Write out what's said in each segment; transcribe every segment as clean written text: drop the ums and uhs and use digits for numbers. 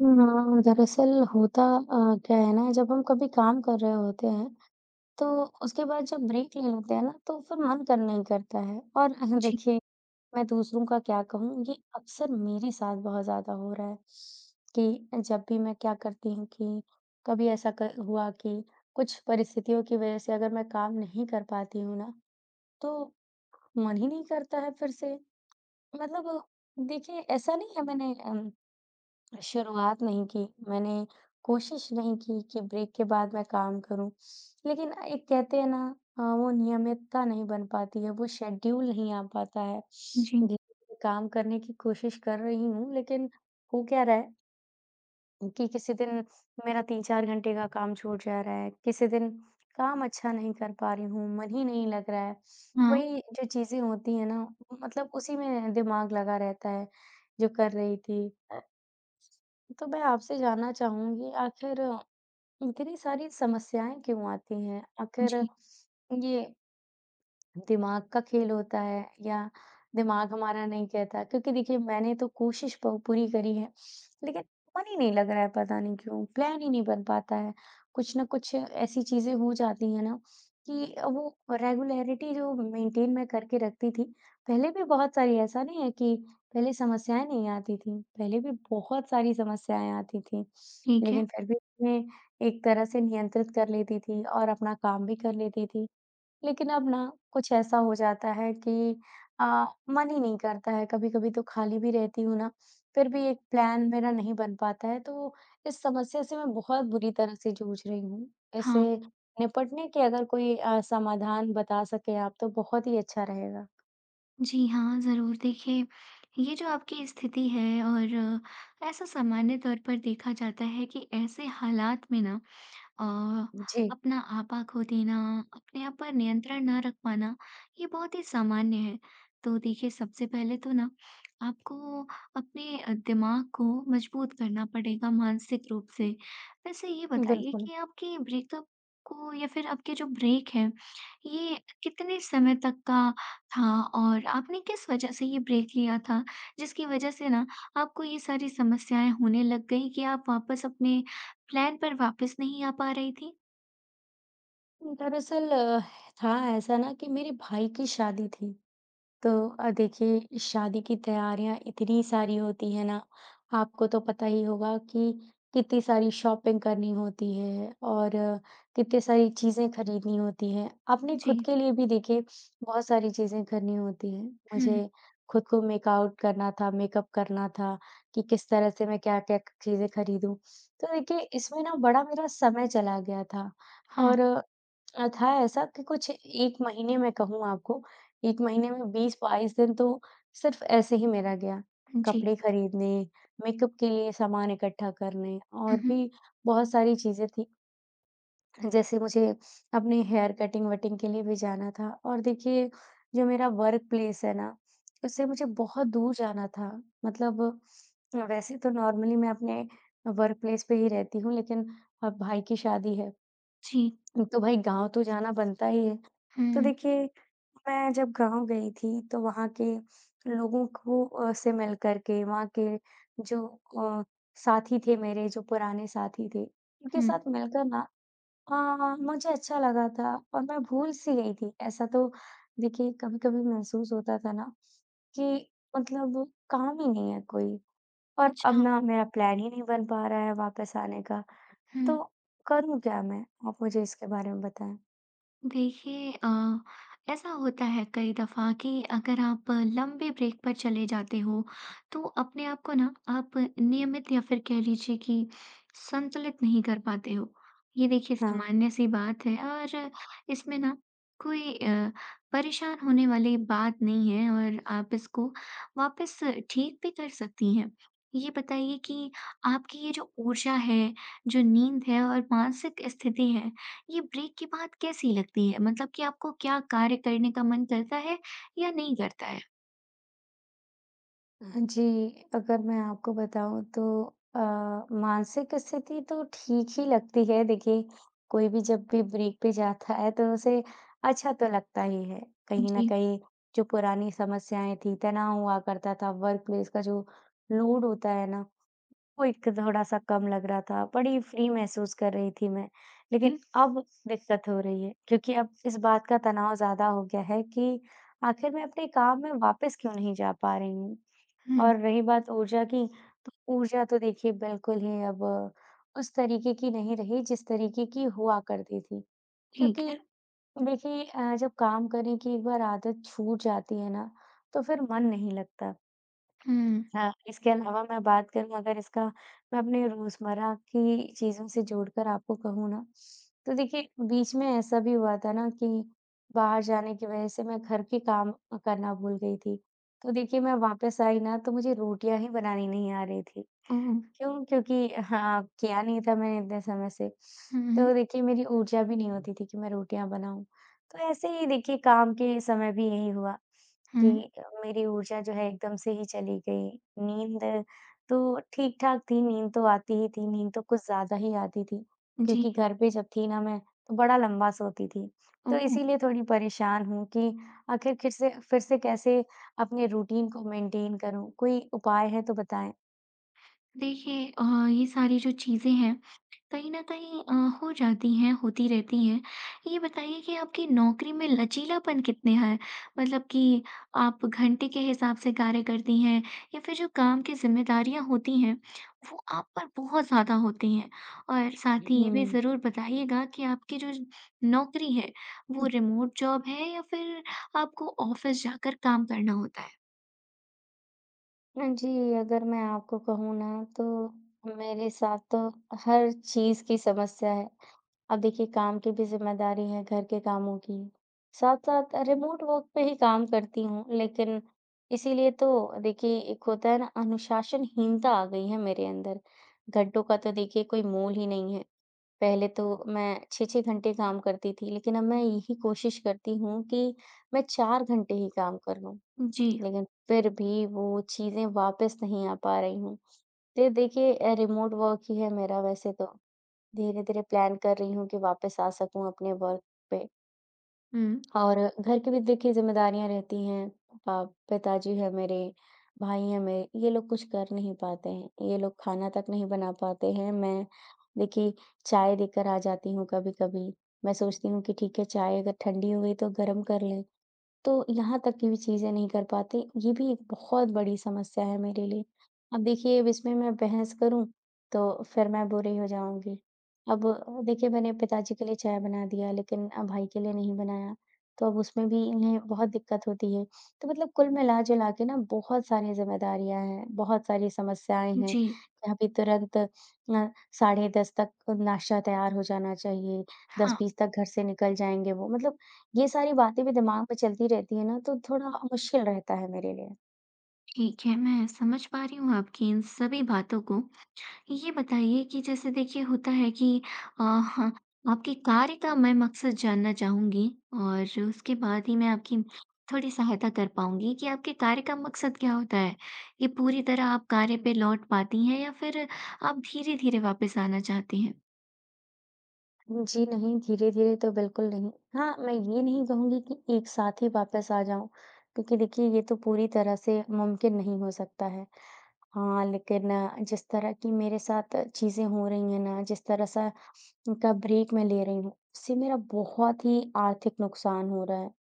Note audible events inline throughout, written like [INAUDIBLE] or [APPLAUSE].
हाँ, दरअसल होता क्या है ना? जब हम कभी काम कर रहे होते हैं, तो उसके बाद जब ब्रेक ले लेते हैं ना, तो फिर मन करना नहीं करता है। और [LAUGHS] देखिए, मैं दूसरों का क्या कहूँ, ये अक्सर मेरे साथ बहुत ज्यादा हो रहा है कि जब भी मैं क्या करती हूँ कि कभी ऐसा हुआ कि कुछ परिस्थितियों की वजह से अगर मैं काम नहीं कर पाती हूँ ना, तो मन ही नहीं करता है फिर से। मतलब, देखिए ऐसा नहीं है मैंने शुरुआत नहीं की, मैंने कोशिश नहीं की कि ब्रेक के बाद मैं काम करूँ। लेकिन एक कहते हैं ना, वो नियमितता नहीं बन पाती है, वो शेड्यूल नहीं आ पाता है। जी, धीरे-धीरे काम करने की कोशिश कर रही हूँ, लेकिन हो क्या रहा है कि किसी दिन मेरा 3-4 घंटे का काम छूट जा रहा है, किसी दिन काम अच्छा नहीं कर पा रही हूँ, मन ही नहीं लग रहा है। हाँ, वही जो चीज़ें होती हैं ना, मतलब उसी में दिमाग लगा रहता है, जो कर रही थी। तो मैं आपसे जानना चाहूंगी, आखिर इतनी सारी समस्याएं क्यों आती हैं? आखिर जी, ये दिमाग का खेल होता है या दिमाग हमारा नहीं कहता? क्योंकि देखिए मैंने तो कोशिश प पूरी करी है, लेकिन मन ही नहीं लग रहा है, पता नहीं क्यों? प्लान ही नहीं बन पाता है। कुछ न कुछ ऐसी चीज़ें हो जाती हैं ना कि वो रेगुलैरिटी जो मेंटेन मैं करके रखती थी, पहले भी बहुत सारी, ऐसा नहीं है कि पहले समस्याएँ नहीं आती थी, पहले भी बहुत सारी समस्याएँ आती थी। ठीक है। लेकिन फिर भी मैं एक तरह से नियंत्रित कर लेती थी और अपना काम भी कर लेती थी। लेकिन अब ना कुछ ऐसा हो जाता है कि अ, मन ही नहीं करता है, कभी-कभी तो खाली भी रहती हूँ ना, फिर भी एक प्लान मेरा नहीं बन पाता है, तो इस समस्या से मैं बहुत बुरी तरह से जूझ रही हूँ। इससे हाँ, निपटने के अगर कोई समाधान बता सकें आप, तो बहुत ही अच्छा रहेगा। जी हाँ, ज़रूर। देखिए, ये जो आपकी स्थिति है और ऐसा सामान्य तौर पर देखा जाता है कि ऐसे हालात में ना अ, जी। अपना आपा खो देना, अपने आप पर नियंत्रण ना रख पाना, ये बहुत ही सामान्य है। तो देखिए, सबसे पहले तो ना आपको अपने दिमाग को मजबूत करना पड़ेगा मानसिक रूप से। वैसे ये बताइए बिल्कुल। कि आपके ब्रेकअप को या फिर आपके जो ब्रेक है, ये कितने समय तक का था और आपने किस वजह से ये ब्रेक लिया था, जिसकी वजह से ना आपको ये सारी समस्याएँ होने लग गई कि आप वापस अपने प्लान पर वापस नहीं आ पा रही थी। दरअसल था ऐसा ना कि मेरे भाई की शादी थी। तो देखिए शादी की तैयारियां इतनी सारी होती है ना, आपको तो पता ही होगा कि कितनी सारी शॉपिंग करनी होती है और कितनी सारी चीजें खरीदनी होती हैं, अपने खुद जी, के लिए भी। देखिए बहुत सारी चीजें करनी होती हैं, हुँ, मुझे खुद को मेकआउट करना था, मेकअप करना था, कि किस तरह से मैं क्या क्या चीजें खरीदूं, तो देखिए इसमें ना बड़ा मेरा समय चला गया था। हाँ, और था ऐसा कि कुछ एक महीने में कहूँ आपको, 1 महीने में 20-22 दिन तो सिर्फ़ ऐसे ही मेरा गया। जी। कपड़े खरीदने, मेकअप के लिए सामान इकट्ठा करने, हुँ, और हुँ, भी बहुत सारी चीज़ें थी। जैसे मुझे अपने हेयर कटिंग-वटिंग के लिए भी जाना था, और देखिए जो मेरा वर्क प्लेस है ना, उससे मुझे बहुत दूर जाना था। मतलब, वैसे तो नॉर्मली मैं अपने वर्क प्लेस पे ही रहती हूँ, लेकिन अब भाई की शादी है, जी, तो भाई गाँव तो जाना बनता ही है। तो हुँ, देखिए मैं जब गाँव गई थी, तो वहाँ के लोगों को से मिल करके, वहाँ के जो अ, साथी थे मेरे, जो पुराने साथी थे, उनके हुँ, साथ मिलकर ना मुझे अच्छा लगा था, और मैं भूल सी गई थी। ऐसा तो देखिए कभी-कभी महसूस होता था ना कि मतलब काम ही नहीं है कोई, और अब अच्छा, ना मेरा प्लान ही नहीं बन पा रहा है वापस आने का, हुँ। तो करूँ क्या मैं? आप मुझे इसके बारे में बताएँ। देखिए ऐसा होता है कई दफ़ा कि अगर आप लंबे ब्रेक पर चले जाते हो, तो अपने आप को ना आप नियमित या फिर कह लीजिए कि संतुलित नहीं कर पाते हो। ये देखिए हाँ। सामान्य-सी बात है और इसमें ना कोई परेशान होने वाली बात नहीं है और आप इसको वापस ठीक भी कर सकती हैं। ये बताइए कि आपकी ये जो ऊर्जा है, जो नींद है और मानसिक स्थिति है, ये ब्रेक की बात कैसी लगती है? मतलब कि आपको क्या कार्य करने का मन करता है या नहीं करता है? जी, अगर मैं आपको बताऊँ तो अ, मानसिक स्थिति तो ठीक ही लगती है। देखिए, कोई भी जब भी ब्रेक पे जाता है, तो उसे अच्छा तो लगता ही है। कहीं न जी। कहीं जो पुरानी समस्याएँ थी, तनाव हुआ करता था, वर्क प्लेस का जो लोड होता है ना, वो एक थोड़ा-सा कम लग रहा था, बड़ी फ्री महसूस कर रही थी मैं। लेकिन हुँ, अब दिक्कत हो रही है, क्योंकि अब इस बात का तनाव ज़्यादा हो गया है कि आखिर मैं अपने काम में वापस क्यों नहीं जा पा रही हूँ। हुँ, और रही बात ऊर्जा की, तो ऊर्जा तो देखिए बिल्कुल ही अब उस तरीके की नहीं रही, जिस तरीके की हुआ करती थी। ठीक क्योंकि है। देखिए जब काम करने की एक बार आदत छूट जाती है ना, तो फिर मन नहीं लगता। हुँ, हाँ, इसके अलावा मैं बात करूँ अगर इसका, मैं अपने रोज़मर्रा की चीज़ों से जोड़कर आपको कहूँ ना, तो देखिए बीच में ऐसा भी हुआ था ना कि बाहर जाने की वज़ह से मैं घर के काम करना भूल गई थी। तो देखिए मैं वापस आई ना, तो मुझे रोटियाँ ही बनानी नहीं आ रही थी। ओह! क्यों? क्योंकि हाँ, किया नहीं था मैंने इतने समय से। हुँ, हुँ, तो देखिए मेरी ऊर्जा भी नहीं होती थी कि मैं रोटियाँ बनाऊँ। तो ऐसे ही देखिए काम के समय भी यही हुआ कि हुँ, मेरी ऊर्जा जो है एकदम से ही चली गई। नींद तो ठीक-ठाक थी, नींद तो आती ही थी, नींद तो कुछ ज़्यादा ही आती थी। जी, क्योंकि घर पे जब थी ना मैं, तो बड़ा लंबा सोती थी। तो ओह! इसीलिए थोड़ी परेशान हूँ कि आखिर फिर से कैसे अपने रूटीन को मेंटेन करूँ? कोई उपाय है तो बताएँ? देखिए ये सारी जो चीज़ें हैं, कहीं न कहीं हो जाती हैं, होती रहती हैं। ये बताइए कि आपकी नौकरी में लचीलापन कितने है? मतलब कि आप घंटे के हिसाब से कार्य करती हैं या फिर जो काम की ज़िम्मेदारियाँ होती हैं, वो आप पर बहुत ज़्यादा होती हैं? और साथ ही ये भी ज़रूर बताइएगा कि आपकी जो नौकरी है, वो हुँ। रिमोट जॉब है या फिर आपको ऑफ़िस जाकर काम करना होता है? हाँ जी, अगर मैं आपको कहूँ ना, तो मेरे साथ तो हर चीज़ की समस्या है। अब देखिए काम की भी ज़िम्मेदारी है, घर के कामों की। साथ-साथ रिमोट वर्क पे ही काम करती हूँ, लेकिन इसीलिए तो देखिए एक होता है ना, अनुशासनहीनता आ गई है मेरे अंदर। घंटों का तो देखिए कोई मोल ही नहीं है। पहले तो मैं 6-6 घंटे काम करती थी, लेकिन अब मैं यही कोशिश करती हूँ कि मैं 4 घंटे ही काम कर लूँ। जी। लेकिन फिर भी वो चीज़ें वापस नहीं आ पा रही हूँ। फिर देखिए रिमोट वर्क ही है मेरा वैसे तो। धीरे-धीरे प्लान कर रही हूँ कि वापस आ सकूँ अपने वर्क पे। हुँ। और घर की भी देखिए ज़िम्मेदारियाँ रहती हैं। पिताजी हैं मेरे, भाई हैं मेरे, ये लोग कुछ कर नहीं पाते हैं। ये लोग खाना तक नहीं बना पाते हैं। मैं, देखिए, चाय लेकर आ जाती हूँ कभी-कभी। मैं सोचती हूँ कि ठीक है, चाय अगर ठंडी हो गई तो गरम कर लें। तो यहाँ तक की भी चीज़ें नहीं कर पाते, ये भी एक बहुत बड़ी समस्या है मेरे लिए। अब देखिए, अब इसमें मैं बहस करूँ, तो फिर मैं बुरी हो जाऊँगी। अब देखिए मैंने पिताजी के लिए चाय बना दिया, लेकिन भाई के लिए नहीं बनाया, तो अब उसमें भी इन्हें बहुत दिक्कत होती है। तो मतलब कुल मिला-जुला के ना बहुत सारी ज़िम्मेदारियाँ हैं, बहुत सारी समस्याएँ हैं, जी। कि अभी तुरंत साढ़े 10 तक नाश्ता तैयार हो जाना चाहिए, हाँ। 10:20 तक घर से निकल जाएँगे वो। मतलब ये सारी बातें भी दिमाग में चलती रहती है ना, तो थोड़ा मुश्किल रहता है मेरे लिए। ठीक है, मैं समझ पा रही हूँ आपकी इन सभी बातों को। ये बताइए कि जैसे देखिए होता है कि हाँ, आपके कार्य का मैं मकसद जानना चाहूँगी और उसके बाद ही मैं आपकी थोड़ी सहायता कर पाऊँगी कि आपके कार्य का मकसद क्या होता है? ये पूरी तरह आप कार्य पे लौट पाती हैं या फिर आप धीरे-धीरे वापस आना चाहती हैं? जी नहीं, धीरे-धीरे तो बिल्कुल नहीं। हाँ, मैं ये नहीं कहूँगी कि एक साथ ही वापस आ जाऊँ, क्योंकि देखिए ये तो पूरी तरह से मुमकिन नहीं हो सकता है। हाँ, लेकिन जिस तरह की मेरे साथ चीज़ें हो रही हैं ना, जिस तरह सा का ब्रेक मैं ले रही हूँ, उससे मेरा बहुत ही आर्थिक नुकसान हो रहा है।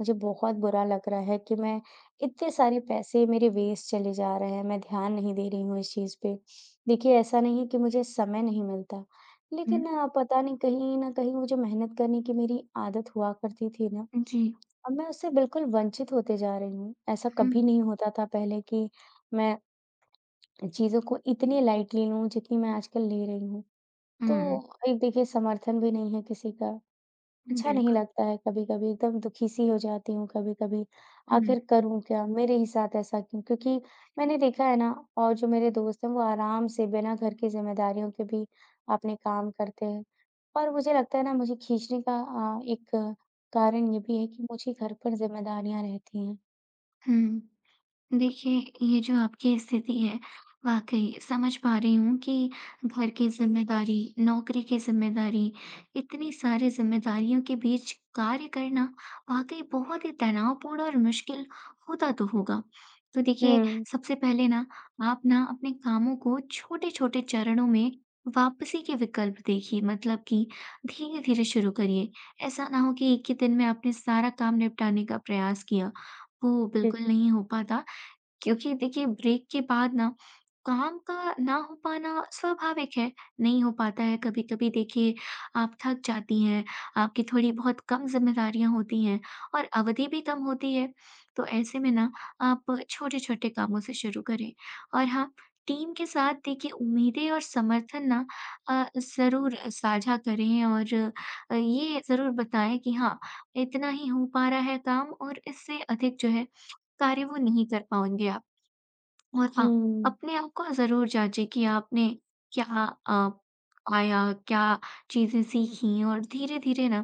मुझे बहुत बुरा लग रहा है कि मैं, इतने सारे पैसे मेरे वेस्ट चले जा रहे हैं, मैं ध्यान नहीं दे रही हूँ इस चीज़ पे। देखिए, ऐसा नहीं है कि मुझे समय नहीं मिलता, हुँ, लेकिन पता नहीं कहीं न कहीं वो जो मेहनत करने की मेरी आदत हुआ करती थी ना, जी। अब मैं उससे बिल्कुल वंचित होते जा रही हूँ। ऐसा हुँ, कभी नहीं होता था पहले कि मैं चीज़ों को इतनी लाइटली लूँ जितनी मैं आजकल ले रही हूँ। तो हुँ, एक देखिए समर्थन भी नहीं है किसी का, अच्छा नहीं बिल्कुल। लगता है कभी-कभी, एकदम दुखी-सी हो जाती हूँ कभी-कभी, हुँ, आखिर करूँ क्या? मेरे ही साथ ऐसा क्यों? क्योंकि मैंने देखा है ना, और जो मेरे दोस्त हैं वो आराम से बिना घर की ज़िम्मेदारियों के भी अपने काम करते हैं। और मुझे लगता है ना, मुझे खींचने का एक कारण ये भी है कि मुझे घर पर ज़िम्मेदारियाँ रहती हैं। हुँ। देखिए, ये जो आपकी स्थिति है, वाक़ई समझ पा रही हूँ कि घर की ज़िम्मेदारी, नौकरी की ज़िम्मेदारी, इतनी सारी ज़िम्मेदारियों के बीच कार्य करना वाक़ई बहुत ही तनावपूर्ण और मुश्किल होता तो होगा। तो देखिए, हुँ। सबसे पहले ना आप ना अपने कामों को छोटे-छोटे चरणों में वापसी के विकल्प देखिए, मतलब कि धीरे-धीरे शुरू करिए। ऐसा ना हो कि एक ही दिन में आपने सारा काम निपटाने का प्रयास किया, वो जी, बिल्कुल जी। नहीं हो पाता। क्योंकि देखिए ब्रेक के बाद ना काम का ना हो पाना स्वाभाविक है, नहीं हो पाता है कभी-कभी देखिए आप थक जाती हैं, आपकी थोड़ी बहुत कम ज़िम्मेदारियाँ होती हैं और अवधि भी कम होती है। तो ऐसे में ना आप छोटे-छोटे कामों से शुरू करें और हाँ, टीम के साथ देखिए उम्मीदें और समर्थन ना ज़रूर साझा करें और ये ज़रूर बताएँ कि हाँ, इतना ही हो पा रहा है काम और इससे अधिक जो है कार्य वो नहीं कर पाएँगे आप। और हाँ, हुँ। अपने आप को ज़रूर जाँचें कि आपने क्या अ, पाया, क्या चीज़ें सीखीं और धीरे-धीरे ना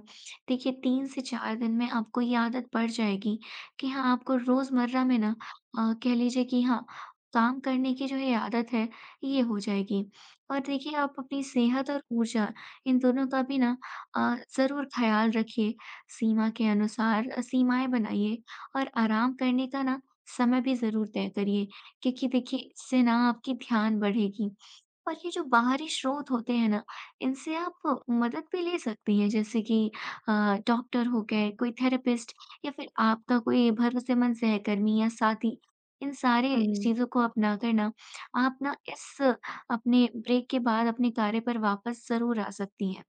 देखिए 3 से 4 दिन में आपको ये आदत पड़ जाएगी कि हाँ, आपको रोज़मर्रा में ना कह लीजिए कि हाँ, काम करने की जो ये आदत है, ये हो जाएगी। और देखिए आप अपनी सेहत और ऊर्जा इन दोनों का भी ना ज़रूर ख़्याल रखिए, सीमा के अनुसार सीमाएँ बनाइए और आराम करने का ना समय भी ज़रूर तय करिए। क्योंकि देखिए इससे ना आपकी ध्यान बढ़ेगी और ये जो बाहरी स्रोत होते हैं ना इनसे आप मदद भी ले सकती हैं जैसे कि अ, डॉक्टर हो गए कोई थेरेपिस्ट या फिर आपका कोई भरोसेमंद सहकर्मी या साथी इन सारे हुँ। चीजों को अपना कर ना आप ना इस अपने ब्रेक के बाद अपने कार्य पर वापस जरूर आ सकती हैं।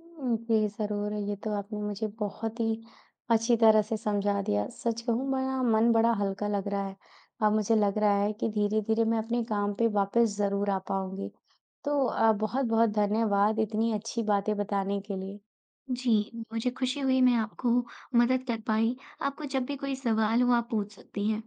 हुँ, जी, ज़रूर। ये तो आपने मुझे बहुत ही अच्छी तरह से समझा दिया। सच कहूँ मेरा मन बड़ा हल्का लग रहा है। अब मुझे लग रहा है कि धीरे-धीरे मैं अपने काम पे वापस ज़रूर आ पाऊँगी। तो बहुत-बहुत धन्यवाद इतनी अच्छी बातें बताने के लिए। जी, मुझे खुशी हुई मैं आपको मदद कर पाई। आपको जब भी कोई सवाल हो आप पूछ सकती हैं।